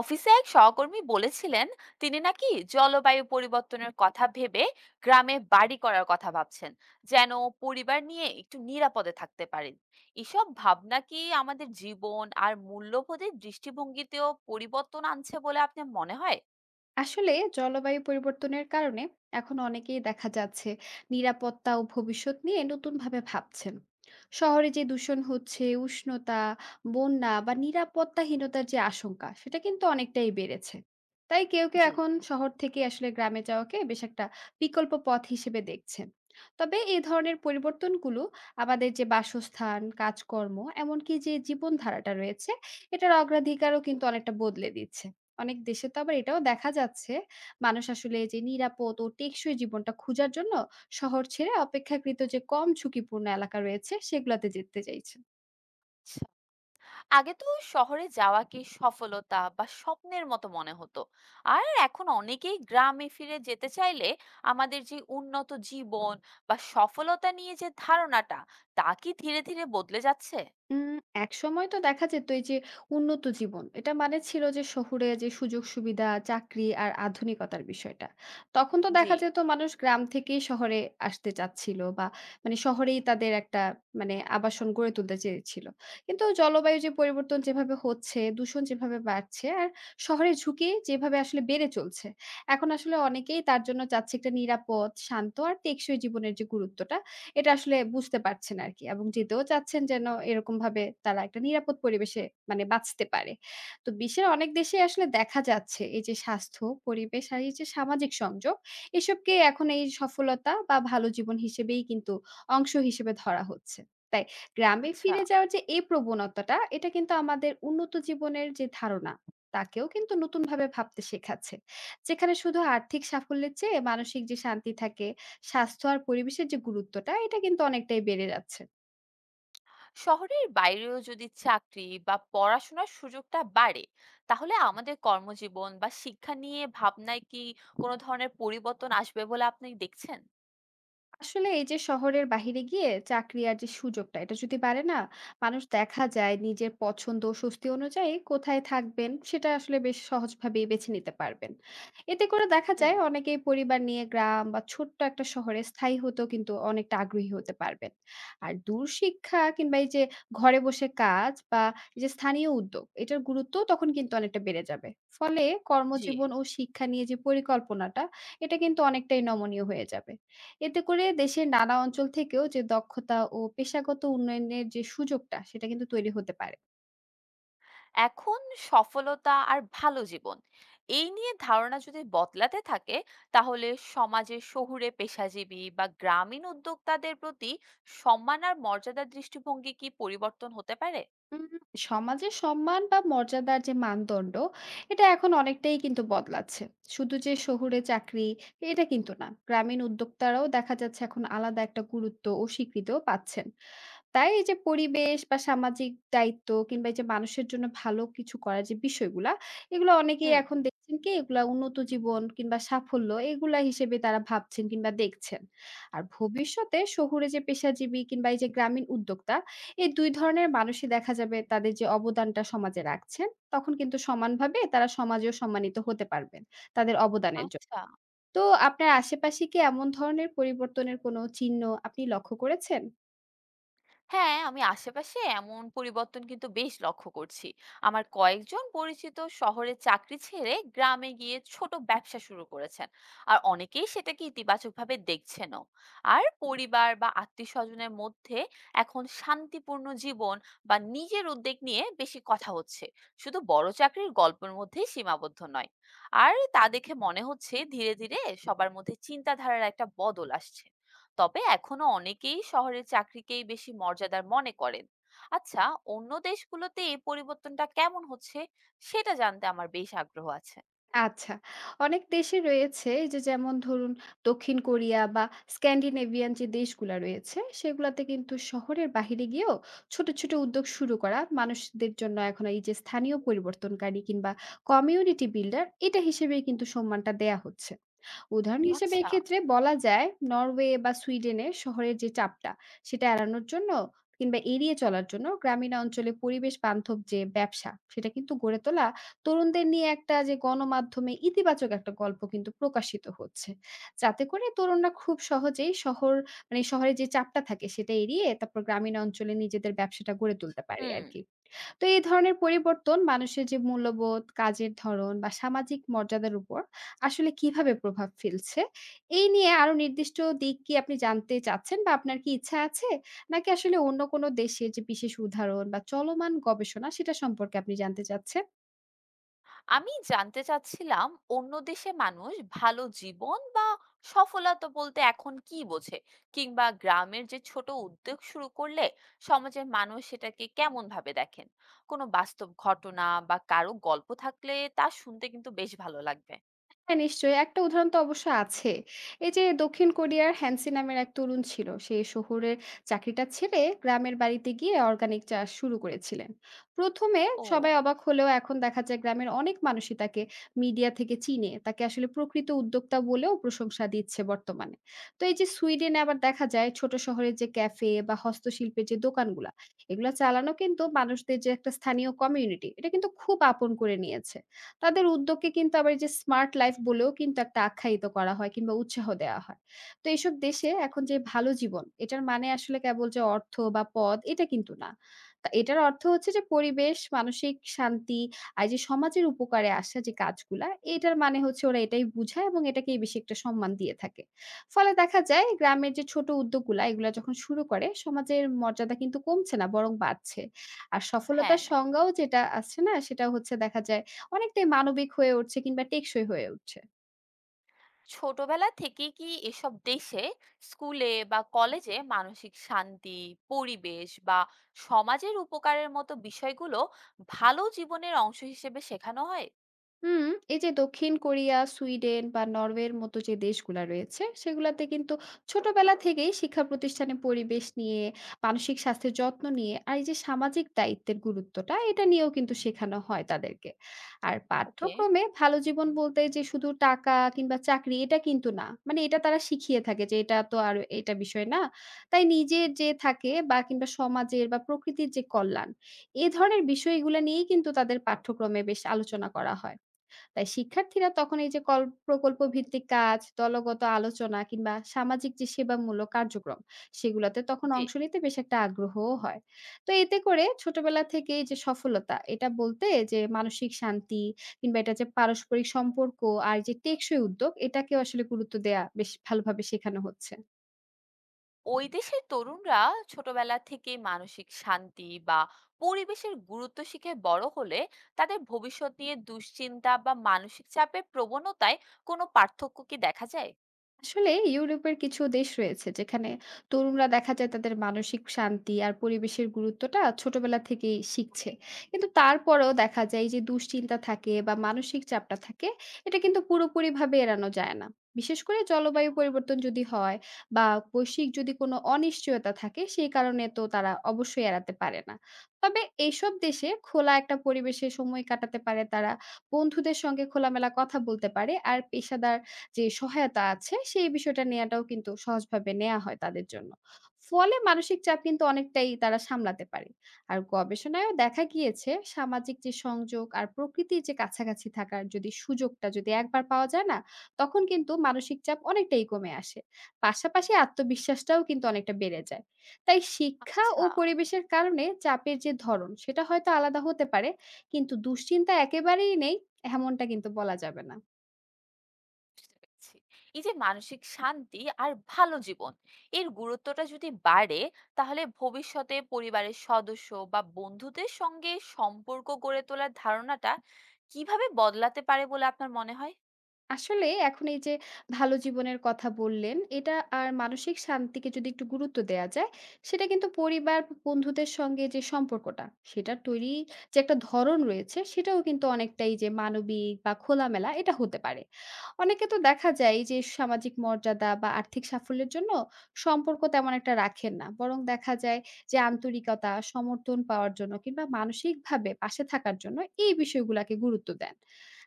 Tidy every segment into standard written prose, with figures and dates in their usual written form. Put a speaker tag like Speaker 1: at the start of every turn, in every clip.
Speaker 1: অফিসে এক সহকর্মী বলেছিলেন তিনি নাকি জলবায়ু পরিবর্তনের কথা ভেবে গ্রামে বাড়ি করার কথা ভাবছেন, যেন পরিবার নিয়ে একটু নিরাপদে থাকতে পারেন। এসব ভাবনা কি আমাদের জীবন আর মূল্যবোধের দৃষ্টিভঙ্গিতেও পরিবর্তন আনছে বলে আপনার মনে হয়?
Speaker 2: আসলে জলবায়ু পরিবর্তনের কারণে এখন অনেকেই দেখা যাচ্ছে নিরাপত্তা ও ভবিষ্যৎ নিয়ে নতুনভাবে ভাবছেন। শহরে যে দূষণ হচ্ছে, উষ্ণতা, বন্যা বা নিরাপত্তাহীনতার যে আশঙ্কা, সেটা কিন্তু অনেকটাই বেড়েছে। তাই কেউ কেউ
Speaker 1: জি।
Speaker 2: এখন শহর থেকে আসলে গ্রামে যাওয়াকে বেশ একটা বিকল্প পথ হিসেবে দেখছেন। তবে এই ধরনের পরিবর্তনগুলো আমাদের যে বাসস্থান, কাজকর্ম, এমনকি যে জীবনধারাটা রয়েছে, এটার অগ্রাধিকারও কিন্তু অনেকটা বদলে দিচ্ছে। অনেক দেশে তো আবার এটাও দেখা যাচ্ছে, মানুষ আসলে যে নিরাপদ ও টেকসই জীবনটা খোঁজার জন্য শহর ছেড়ে অপেক্ষাকৃত যে কম ঝুঁকিপূর্ণ এলাকা রয়েছে, সেগুলাতে যেতে চাইছে।
Speaker 1: আগে তো শহরে যাওয়াকে সফলতা বা স্বপ্নের মতো মনে হতো, আর এখন অনেকেই গ্রামে ফিরে যেতে চাইলে আমাদের যে উন্নত জীবন বা সফলতা নিয়ে যে ধারণাটা, তা কি ধীরে ধীরে বদলে যাচ্ছে?
Speaker 2: উম একসময় তো দেখা যেত এই যে উন্নত জীবন এটা মানে ছিল যে শহুরে যে সুযোগ সুবিধা, চাকরি আর আধুনিকতার বিষয়টা। তখন তো
Speaker 1: জি।
Speaker 2: দেখা যেত মানুষ গ্রাম থেকেই শহরে আসতে চাচ্ছিল, বা মানে শহরেই তাদের একটা, মানে আবাসন গড়ে তুলতে চেয়েছিল। কিন্তু জলবায়ু যে পরিবর্তন যেভাবে হচ্ছে, দূষণ যেভাবে বাড়ছে আর শহরের ঝুঁকি যেভাবে আসলে বেড়ে চলছে, এখন আসলে অনেকেই তার জন্য চাচ্ছে একটা নিরাপদ, শান্ত আর টেকসই জীবনের যে গুরুত্বটা, এটা আসলে বুঝতে পারছেন আরকি, এবং যেতেও চাচ্ছেন যেন এরকমভাবে তারা একটা নিরাপদ পরিবেশে মানে বাঁচতে পারে। তো বিশ্বের অনেক দেশেই আসলে দেখা যাচ্ছে এই যে স্বাস্থ্য, পরিবেশ আর এই যে সামাজিক সংযোগ, এসবকে এখন এই সফলতা বা ভালো জীবন হিসেবেই কিন্তু অংশ হিসেবে ধরা হচ্ছে। তাই গ্রামে
Speaker 1: আচ্ছা,
Speaker 2: ফিরে যাওয়ার যে এই প্রবণতাটা, এটা কিন্তু আমাদের উন্নত জীবনের যে ধারণা, তাকেও কিন্তু নতুনভাবে ভাবতে শেখাচ্ছে। যেখানে শুধু আর্থিক সাফল্যের চেয়ে মানসিক যে শান্তি থাকে, স্বাস্থ্য আর পরিবেশের যে গুরুত্বটা, এটা কিন্তু অনেকটাই বেড়ে যাচ্ছে।
Speaker 1: শহরের বাইরেও যদি চাকরি বা পড়াশোনার সুযোগটা বাড়ে, তাহলে আমাদের কর্মজীবন বা শিক্ষা নিয়ে ভাবনায় কি কোনো ধরনের পরিবর্তন আসবে বলে আপনি দেখছেন?
Speaker 2: আসলে এই যে শহরের বাইরে গিয়ে চাকরি আর যে সুযোগটা, এটা যদি বাড়ে না, মানুষ দেখা যায় নিজের পছন্দ ও স্বস্তি অনুযায়ী কোথায় থাকবেন সেটা আসলে বেশ সহজভাবেই বেছে নিতে পারবেন। এতে করে দেখা
Speaker 1: হুম।
Speaker 2: যায় অনেকেই পরিবার নিয়ে গ্রাম বা ছোট্ট একটা শহরে স্থায়ী হতেও কিন্তু অনেকটা আগ্রহী হতে পারবেন। আর দূর শিক্ষা কিংবা এই যে ঘরে বসে কাজ বা এই যে স্থানীয় উদ্যোগ, এটার গুরুত্ব তখন কিন্তু অনেকটা বেড়ে যাবে। ফলে
Speaker 1: জি।
Speaker 2: কর্মজীবন ও শিক্ষা নিয়ে যে পরিকল্পনাটা, এটা কিন্তু অনেকটাই নমনীয় হয়ে যাবে। এতে করে দেশের নানা অঞ্চল থেকেও যে দক্ষতা ও পেশাগত উন্নয়নের যে সুযোগটা, সেটা কিন্তু তৈরি হতে পারে।
Speaker 1: এখন সফলতা আর ভালো জীবন, এই নিয়ে ধারণা যদি বদলাতে থাকে, তাহলে সমাজে শহুরে পেশাজীবী বা গ্রামীণ উদ্যোক্তাদের প্রতি সম্মান আর মর্যাদার দৃষ্টিভঙ্গি কি পরিবর্তন হতে পারে?
Speaker 2: উম সমাজে সম্মান বা মর্যাদার যে মানদণ্ড, এটা এখন অনেকটাই কিন্তু বদলাচ্ছে। শুধু যে শহুরে চাকরি, এটা কিন্তু না, গ্রামীণ উদ্যোক্তারাও দেখা যাচ্ছে এখন আলাদা একটা গুরুত্ব ও স্বীকৃতিও পাচ্ছেন। তাই এই যে পরিবেশ বা সামাজিক দায়িত্ব কিংবা এই যে মানুষের জন্য ভালো কিছু করার যে বিষয়গুলা, এগুলো অনেকেই
Speaker 1: হুম।
Speaker 2: এখন দেখছেন কি এগুলা উন্নত জীবন কিংবা সাফল্য, এগুলা হিসেবে তারা ভাবছেন কিংবা দেখছেন। আর ভবিষ্যতে শহুরে যে পেশাজীবী কিংবা এই যে গ্রামীণ উদ্যোক্তা, এই ২ ধরনের মানুষই দেখা যাবে তাদের যে অবদানটা সমাজে রাখছেন, তখন কিন্তু সমানভাবে তারা সমাজেও সম্মানিত হতে পারবেন, তাদের অবদানের জন্য।
Speaker 1: আচ্ছা।
Speaker 2: তো আপনার আশেপাশে কি এমন ধরনের পরিবর্তনের কোনো চিহ্ন আপনি লক্ষ্য করেছেন?
Speaker 1: হ্যাঁ, আমি আশেপাশে এমন পরিবর্তন কিন্তু বেশ লক্ষ্য করছি। আমার কয়েকজন পরিচিত শহরে চাকরি ছেড়ে গ্রামে গিয়ে ছোট ব্যবসা শুরু করেছেন। আর অনেকেই সেটাকে ইতিবাচকভাবে দেখছেনও। আর পরিবার বা আত্মীয়স্বজনের মধ্যে এখন শান্তিপূর্ণ জীবন বা নিজের উদ্যোগ নিয়ে বেশি কথা হচ্ছে। শুধু বড় চাকরির গল্পের মধ্যেই সীমাবদ্ধ নয়। আর তা দেখে মনে হচ্ছে ধীরে, ধীরে সবার মধ্যে চিন্তাধারার একটা বদল আসছে। তবে এখনো অনেকেই শহরের চাকরিকেই বেশি মর্যাদার মনে করেন। আচ্ছা, অন্য দেশগুলোতে এই পরিবর্তনটা কেমন হচ্ছে সেটা জানতে আমার বেশ আগ্রহ আছে।
Speaker 2: আচ্ছা। অনেক দেশে রয়েছে এই যে যেমন ধরুন দক্ষিণ কোরিয়া বা স্ক্যান্ডিনেভিয়ান যে দেশগুলা রয়েছে, সেগুলাতে কিন্তু শহরের বাহিরে গিয়েও ছোট, ছোট উদ্যোগ শুরু করা মানুষদের জন্য এখন এই যে স্থানীয় পরিবর্তনকারী কিংবা কমিউনিটি বিল্ডার, এটা হিসেবেই কিন্তু সম্মানটা দেয়া হচ্ছে। উদাহরণ হিসেবে
Speaker 1: আচ্ছা।
Speaker 2: এক্ষেত্রে বলা যায় নরওয়ে বা সুইডেনে শহরের যে চাপটা সেটা এড়ানোর জন্য কিংবা এড়িয়ে চলার জন্য গ্রামীণ অঞ্চলে পরিবেশ বান্ধব যে ব্যবসা সেটা কিন্তু গড়ে তোলা তরুণদের নিয়ে একটা যে গণমাধ্যমে ইতিবাচক একটা গল্প কিন্তু প্রকাশিত হচ্ছে, যাতে করে তরুণরা খুব সহজেই শহর, মানে শহরে যে চাপটা থাকে সেটা এড়িয়ে তারপর গ্রামীণ অঞ্চলে নিজেদের ব্যবসাটা গড়ে তুলতে পারে
Speaker 1: হুম।
Speaker 2: আর কি। তো এই ধরনের পরিবর্তন মানুষের যে মূল্যবোধ, কাজের ধরন বা সামাজিক মর্যাদার উপর আসলে কিভাবে প্রভাব ফেলছে? এই নিয়ে আরো নির্দিষ্ট দিক কি আপনি জানতে চাচ্ছেন, বা আপনার কি ইচ্ছা আছে? নাকি আসলে অন্য কোনো দেশের যে বিশেষ উদাহরণ বা চলমান গবেষণা সেটা সম্পর্কে আপনি জানতে চাচ্ছেন?
Speaker 1: আমি জানতে চাচ্ছিলাম অন্য দেশে মানুষ ভালো জীবন বা সফলতা বলতে এখন কি বোঝে, কিংবা গ্রামের যে ছোট উদ্যোগ শুরু করলে সমাজের মানুষ সেটাকে কেমন ভাবে দেখেন। কোনো বাস্তব ঘটনা বা কারো গল্প থাকলে তা শুনতে কিন্তু বেশ ভালো লাগবে।
Speaker 2: হ্যাঁ, নিশ্চয়ই। একটা উদাহরণ তো অবশ্য আছে। এই যে দক্ষিণ কোরিয়ার হ্যানসি নামের এক তরুণ ছিল। সে শহরের চাকরিটা ছেড়ে গ্রামের বাড়িতে গিয়ে অর্গানিক চাষ শুরু করেছিলেন। প্রথমে
Speaker 1: ও,
Speaker 2: সবাই অবাক হলেও এখন দেখা যায় গ্রামের অনেক মানুষই তাকে মিডিয়া থেকে চিনে। তাকে আসলে প্রকৃত উদ্যোক্তা বলেও প্রশংসা দিচ্ছে বর্তমানে। তো এই যে সুইডেনে আবার দেখা যায় ছোট শহরের যে ক্যাফে বা হস্তশিল্পের যে দোকানগুলা, এগুলা চালানো কিন্তু মানুষদের যে একটা স্থানীয় কমিউনিটি, এটা কিন্তু খুব আপন করে নিয়েছে। তাদের উদ্যোগকে কিন্তু আবার এই যে স্মার্ট লাইফ বলেও কিন্তু একটা আখ্যায়িত করা হয় কিংবা উৎসাহ দেওয়া হয়। তো এইসব
Speaker 1: আচ্ছা,
Speaker 2: দেশে এখন যে ভালো জীবন, এটার মানে আসলে কেবল যে অর্থ বা পদ, এটা কিন্তু না। তা এটার অর্থ হচ্ছে যে পরিবেশ, মানসিক শান্তি আর যে সমাজের উপকারে আসা যে কাজগুলা, এটার মানে হচ্ছে ওরা এটাই বুঝায় এবং এটাকেই বেশি একটা সম্মান দিয়ে থাকে। ফলে দেখা যায় গ্রামের যে ছোট উদ্যোগগুলা, এগুলা যখন শুরু করে সমাজের মর্যাদা কিন্তু কমছে না, বরং বাড়ছে। আর সফলতার
Speaker 1: হ্যাঁ।
Speaker 2: সংজ্ঞাও যেটা আছে না, সেটা হচ্ছে দেখা যায় অনেকটাই মানবিক হয়ে উঠছে কিংবা টেকসই হয়ে উঠছে।
Speaker 1: ছোটবেলা থেকেই কি এসব দেশে স্কুলে বা কলেজে মানসিক শান্তি, পরিবেশ বা সমাজের উপকারের মতো বিষয়গুলো ভালো জীবনের অংশ হিসেবে শেখানো হয়?
Speaker 2: হুম, এই যে দক্ষিণ কোরিয়া, সুইডেন বা নরওয়ের মতো যে দেশগুলা রয়েছে, সেগুলাতে কিন্তু ছোটবেলা থেকেই শিক্ষা প্রতিষ্ঠানে পরিবেশ নিয়ে, মানসিক স্বাস্থ্যের যত্ন নিয়ে আর এই যে সামাজিক দায়িত্বের গুরুত্বটা, এটা নিয়েও কিন্তু শেখানো হয় তাদেরকে। আর
Speaker 1: ওকে।
Speaker 2: পাঠ্যক্রমে ভালো জীবন বলতে যে শুধু টাকা কিংবা চাকরি, এটা কিন্তু না। মানে এটা তারা শিখিয়ে থাকে যে এটা তো আর এটা বিষয় না। তাই নিজের যে থাকে বা কিংবা সমাজের বা প্রকৃতির যে কল্যাণ, এ ধরনের বিষয়গুলা নিয়েই কিন্তু তাদের পাঠ্যক্রমে বেশ আলোচনা করা হয়। তাই শিক্ষার্থীরা তখন এই যে প্রকল্প ভিত্তিক কাজ, দলগত আলোচনা কিংবা সামাজিক যে সেবামূলক কার্যক্রম, সেগুলোতে তখন
Speaker 1: জি।
Speaker 2: অংশ নিতে বেশ একটা আগ্রহও হয়। তো এতে করে ছোটবেলা থেকেই যে সফলতা এটা বলতে যে মানসিক শান্তি কিংবা এটা যে পারস্পরিক সম্পর্ক আর যে টেকসই উদ্যোগ, এটাকেও আসলে গুরুত্ব দেয়া বেশ ভালোভাবে শেখানো হচ্ছে।
Speaker 1: ওই দেশের তরুণরা ছোটবেলা থেকে মানসিক শান্তি বা পরিবেশের গুরুত্ব শিখে বড় হলে তাদের ভবিষ্যৎ নিয়ে দুশ্চিন্তা বা মানসিক চাপের প্রবণতায় কোনো পার্থক্য কি দেখা যায়?
Speaker 2: আসলে ইউরোপের কিছু দেশ রয়েছে যেখানে তরুণরা দেখা যায় তাদের মানসিক শান্তি আর পরিবেশের গুরুত্বটা ছোটবেলা থেকেই শিখছে। কিন্তু তারপরেও দেখা যায় যে দুশ্চিন্তা থাকে বা মানসিক চাপটা থাকে, এটা কিন্তু পুরোপুরিভাবে এড়ানো যায় না। বিশেষ করে জলবায়ু পরিবর্তন যদি হয় বা বৈশ্বিক যদি কোনো অনিশ্চয়তা থাকে, সেই কারণে তো তারা অবশ্যই এড়াতে পারে না। তবে এইসব দেশে খোলা একটা পরিবেশে সময় কাটাতে পারে তারা, বন্ধুদের সঙ্গে খোলামেলা কথা বলতে পারে, আর পেশাদার যে সহায়তা আছে সেই বিষয়টা নেয়াটাও কিন্তু সহজভাবে নেয়া হয় তাদের জন্য। ফলে মানসিক চাপ কিন্তু অনেকটাই তারা সামলাতে পারে। আর গবেষণায়ও দেখা গিয়েছে সামাজিক যে সংযোগ আর প্রকৃতির যে কাছাকাছি থাকার যদি সুযোগটা যদি একবার পাওয়া যায় না, তখন কিন্তু মানসিক চাপ অনেকটাই কমে আসে। পাশাপাশি আত্মবিশ্বাসটাও কিন্তু অনেকটা বেড়ে যায়। তাই শিক্ষা
Speaker 1: আচ্ছা।
Speaker 2: ও পরিবেশের কারণে চাপের যে ধরন সেটা হয়তো আলাদা হতে পারে। কিন্তু দুশ্চিন্তা একেবারেই নেই এমনটা কিন্তু বলা যাবে না।
Speaker 1: বুঝতে পেরেছি। এই যে মানসিক শান্তি আর ভালো জীবন, এর গুরুত্বটা যদি বাড়ে, তাহলে ভবিষ্যতে পরিবারের সদস্য বা বন্ধুদের সঙ্গে সম্পর্ক গড়ে তোলার ধারণাটা কিভাবে বদলাতে পারে বলে আপনার মনে হয়?
Speaker 2: আসলে এখন এই যে ভালো জীবনের কথা বললেন, এটা আর মানসিক শান্তিকে যদি একটু গুরুত্ব দেয়া যায়, সেটা কিন্তু পরিবার, বন্ধুদের সঙ্গে যে সম্পর্কটা, সেটা তৈরির যে একটা ধরন রয়েছে, সেটাও কিন্তু অনেকটাই যে মানবিক বা খোলামেলা, এটা হতে পারে। অনেকে তো দেখা যায় যে সামাজিক মর্যাদা বা আর্থিক সাফল্যের জন্য সম্পর্ক তেমন একটা রাখেন না। বরং দেখা যায় যে আন্তরিকতা, সমর্থন পাওয়ার জন্য কিংবা মানসিকভাবে পাশে থাকার জন্য এই বিষয়গুলাকে গুরুত্ব দেন।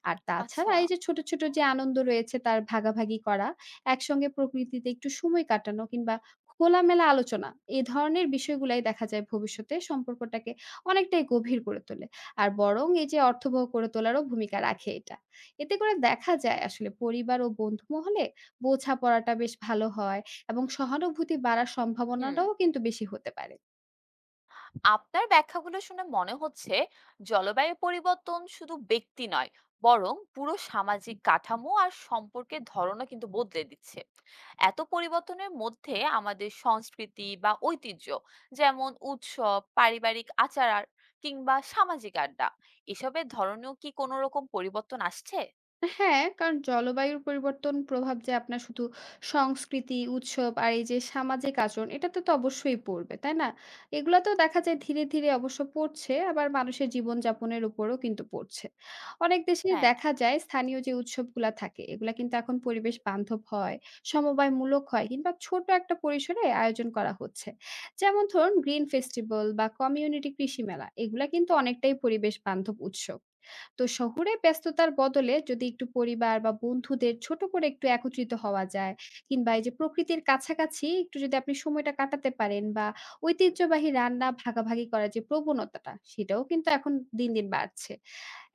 Speaker 2: আর
Speaker 1: আচ্ছা।
Speaker 2: তাছাড়া এই যে ছোট, ছোট যে আনন্দ রয়েছে তার ভাগাভাগি করা, একসঙ্গে প্রকৃতিতে একটু সময় কাটানো কিংবা খোলামেলা আলোচনা, এ ধরনের বিষয়গুলাই দেখা যায় ভবিষ্যতে সম্পর্কটাকে অনেকটাই গভীর করে তোলে। আর বরং এই যে অর্থবহ করে তোলারও ভূমিকা রাখে এটা। এতে করে দেখা যায় আসলে পরিবার ও বন্ধু মহলে বোঝাপড়াটা বেশ ভালো হয় এবং সহানুভূতি বাড়ার
Speaker 1: হুম।
Speaker 2: সম্ভাবনাটাও কিন্তু বেশি হতে পারে।
Speaker 1: আপনার ব্যাখ্যাগুলো শুনে মনে হচ্ছে জলবায়ু পরিবর্তন শুধু ব্যক্তি নয়, বরং পুরো সামাজিক কাঠামো আর সম্পর্কের ধরনও কিন্তু বদলে দিচ্ছে। এত পরিবর্তনের মধ্যে আমাদের সংস্কৃতি বা ঐতিহ্য, যেমন উৎসব, পারিবারিক আচার আর- কিংবা সামাজিক আড্ডা, এসবের ধরনেও কি কোনো রকম পরিবর্তন আসছে?
Speaker 2: হ্যাঁ, কারণ জলবায়ুর পরিবর্তন প্রভাব যে আপনার শুধু সংস্কৃতি, উৎসব আর এই যে সামাজিক আচরণ, এটাতে তো অবশ্যই পড়বে, তাই না? এগুলাতেও দেখা যায় ধীরে, ধীরে অবশ্য পড়ছে, আবার মানুষের জীবনযাপনের উপরও কিন্তু পড়ছে। অনেক দেশে
Speaker 1: হ্যাঁ।
Speaker 2: দেখা যায় স্থানীয় যে উৎসবগুলা থাকে এগুলা কিন্তু এখন পরিবেশ বান্ধব হয়, সমবায়মূলক হয় কিংবা ছোট একটা পরিসরে আয়োজন করা হচ্ছে। যেমন ধরুন গ্রিন ফেস্টিভ্যাল বা কমিউনিটি কৃষি মেলা, এগুলা কিন্তু অনেকটাই পরিবেশ বান্ধব উৎসব। তো শহুরে ব্যস্ততার বদলে যদি একটু পরিবার বা বন্ধুদের ছোট করে একটু একত্রিত হওয়া যায় কিংবা এই যে প্রকৃতির কাছাকাছি একটু যদি আপনি সময়টা কাটাতে পারেন বা ঐতিহ্যবাহী রান্না ভাগাভাগি করার যে প্রবণতাটা, সেটাও কিন্তু এখন দিন দিন বাড়ছে।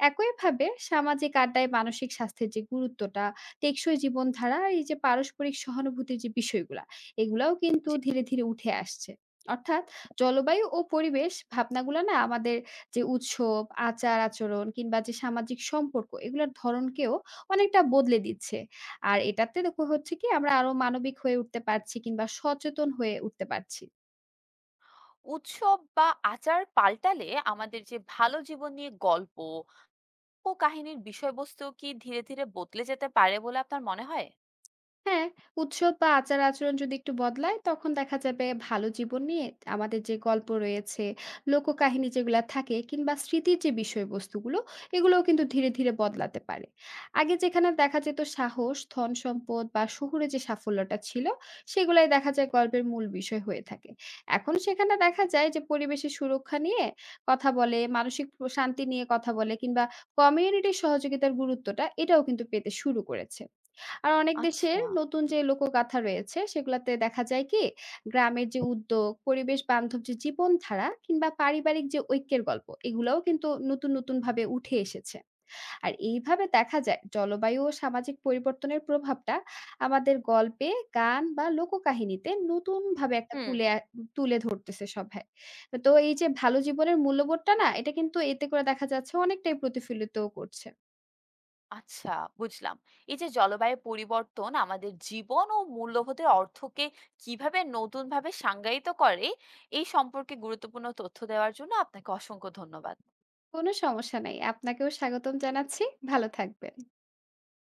Speaker 2: একইভাবে সামাজিক আড্ডায় মানসিক স্বাস্থ্যের যে গুরুত্বটা, টেকসই জীবনধারা আর এই যে পারস্পরিক সহানুভূতির যে বিষয়গুলা, এগুলাও কিন্তু
Speaker 1: যে
Speaker 2: ধীরে, ধীরে উঠে আসছে। অর্থাৎ জলবায়ু ও পরিবেশ ভাবনাগুলা না আমাদের যে উৎসব, আচার-আচরণ কিংবা যে সামাজিক সম্পর্ক, এগুলার ধরনকেও অনেকটা বদলে দিচ্ছে। আর এটাতে দেখো হচ্ছে কি আমরা আরো মানবিক হয়ে উঠতে পারছি কিংবা সচেতন হয়ে উঠতে পারছি।
Speaker 1: উৎসব বা আচার পাল্টালে আমাদের যে ভালো জীবন নিয়ে গল্প ও কাহিনীর বিষয়বস্তু কি ধীরে ধীরে বদলে যেতে পারে বলে আপনার মনে হয়?
Speaker 2: হ্যাঁ, উৎসব বা আচার-আচরণ যদি একটু বদলায়, তখন দেখা যাবে ভালো জীবন নিয়ে আমাদের যে গল্প রয়েছে, লোককাহিনী যেগুলা থাকে কিংবা স্মৃতির যে বিষয়বস্তুগুলো, এগুলোও কিন্তু ধীরে, ধীরে বদলাতে পারে। আগে যেখানে দেখা যেত সাহস, ধনসম্পদ বা শহুরে যে সাফল্যটা ছিল, সেগুলাই দেখা যায় গল্পের মূল বিষয় হয়ে থাকে। এখন সেখানে দেখা যায় যে পরিবেশের সুরক্ষা নিয়ে কথা বলে, মানসিক শান্তি নিয়ে কথা বলে কিংবা কমিউনিটির সহযোগিতার গুরুত্বটা, এটাও কিন্তু পেতে শুরু করেছে। আর অনেক দেশের
Speaker 1: আচ্ছা।
Speaker 2: নতুন যে লোকগাথা রয়েছে সেগুলাতে দেখা যায় কি গ্রামের যে উদ্যোগ, পরিবেশ বান্ধব যে জীবনধারা কিংবা পারিবারিক যে ঐক্যের গল্প, এগুলোও কিন্তু নতুন নতুন ভাবে উঠে এসেছে। আর এইভাবে দেখা যায় জলবায়ু ও সামাজিক পরিবর্তনের প্রভাবটা আমাদের গল্পে, গান বা লোককাহিনীতে নতুন ভাবে একটা
Speaker 1: হুম।
Speaker 2: তুলে ধরতেছে সবাই। তো এই যে ভালো জীবনের মূল্যবোধটা না এটা কিন্তু এতে করে দেখা যাচ্ছে অনেকটাই প্রতিফলিতও করছে।
Speaker 1: আচ্ছা, বুঝলাম। এই যে জলবায়ু পরিবর্তন আমাদের জীবন ও মূল্যবোধের অর্থকে কিভাবে নতুন ভাবে সংজ্ঞায়িত করে, এই সম্পর্কে গুরুত্বপূর্ণ তথ্য দেওয়ার জন্য আপনাকে অসংখ্য ধন্যবাদ।
Speaker 2: কোনো সমস্যা নাই। আপনাকেও স্বাগতম জানাচ্ছি। ভালো থাকবেন।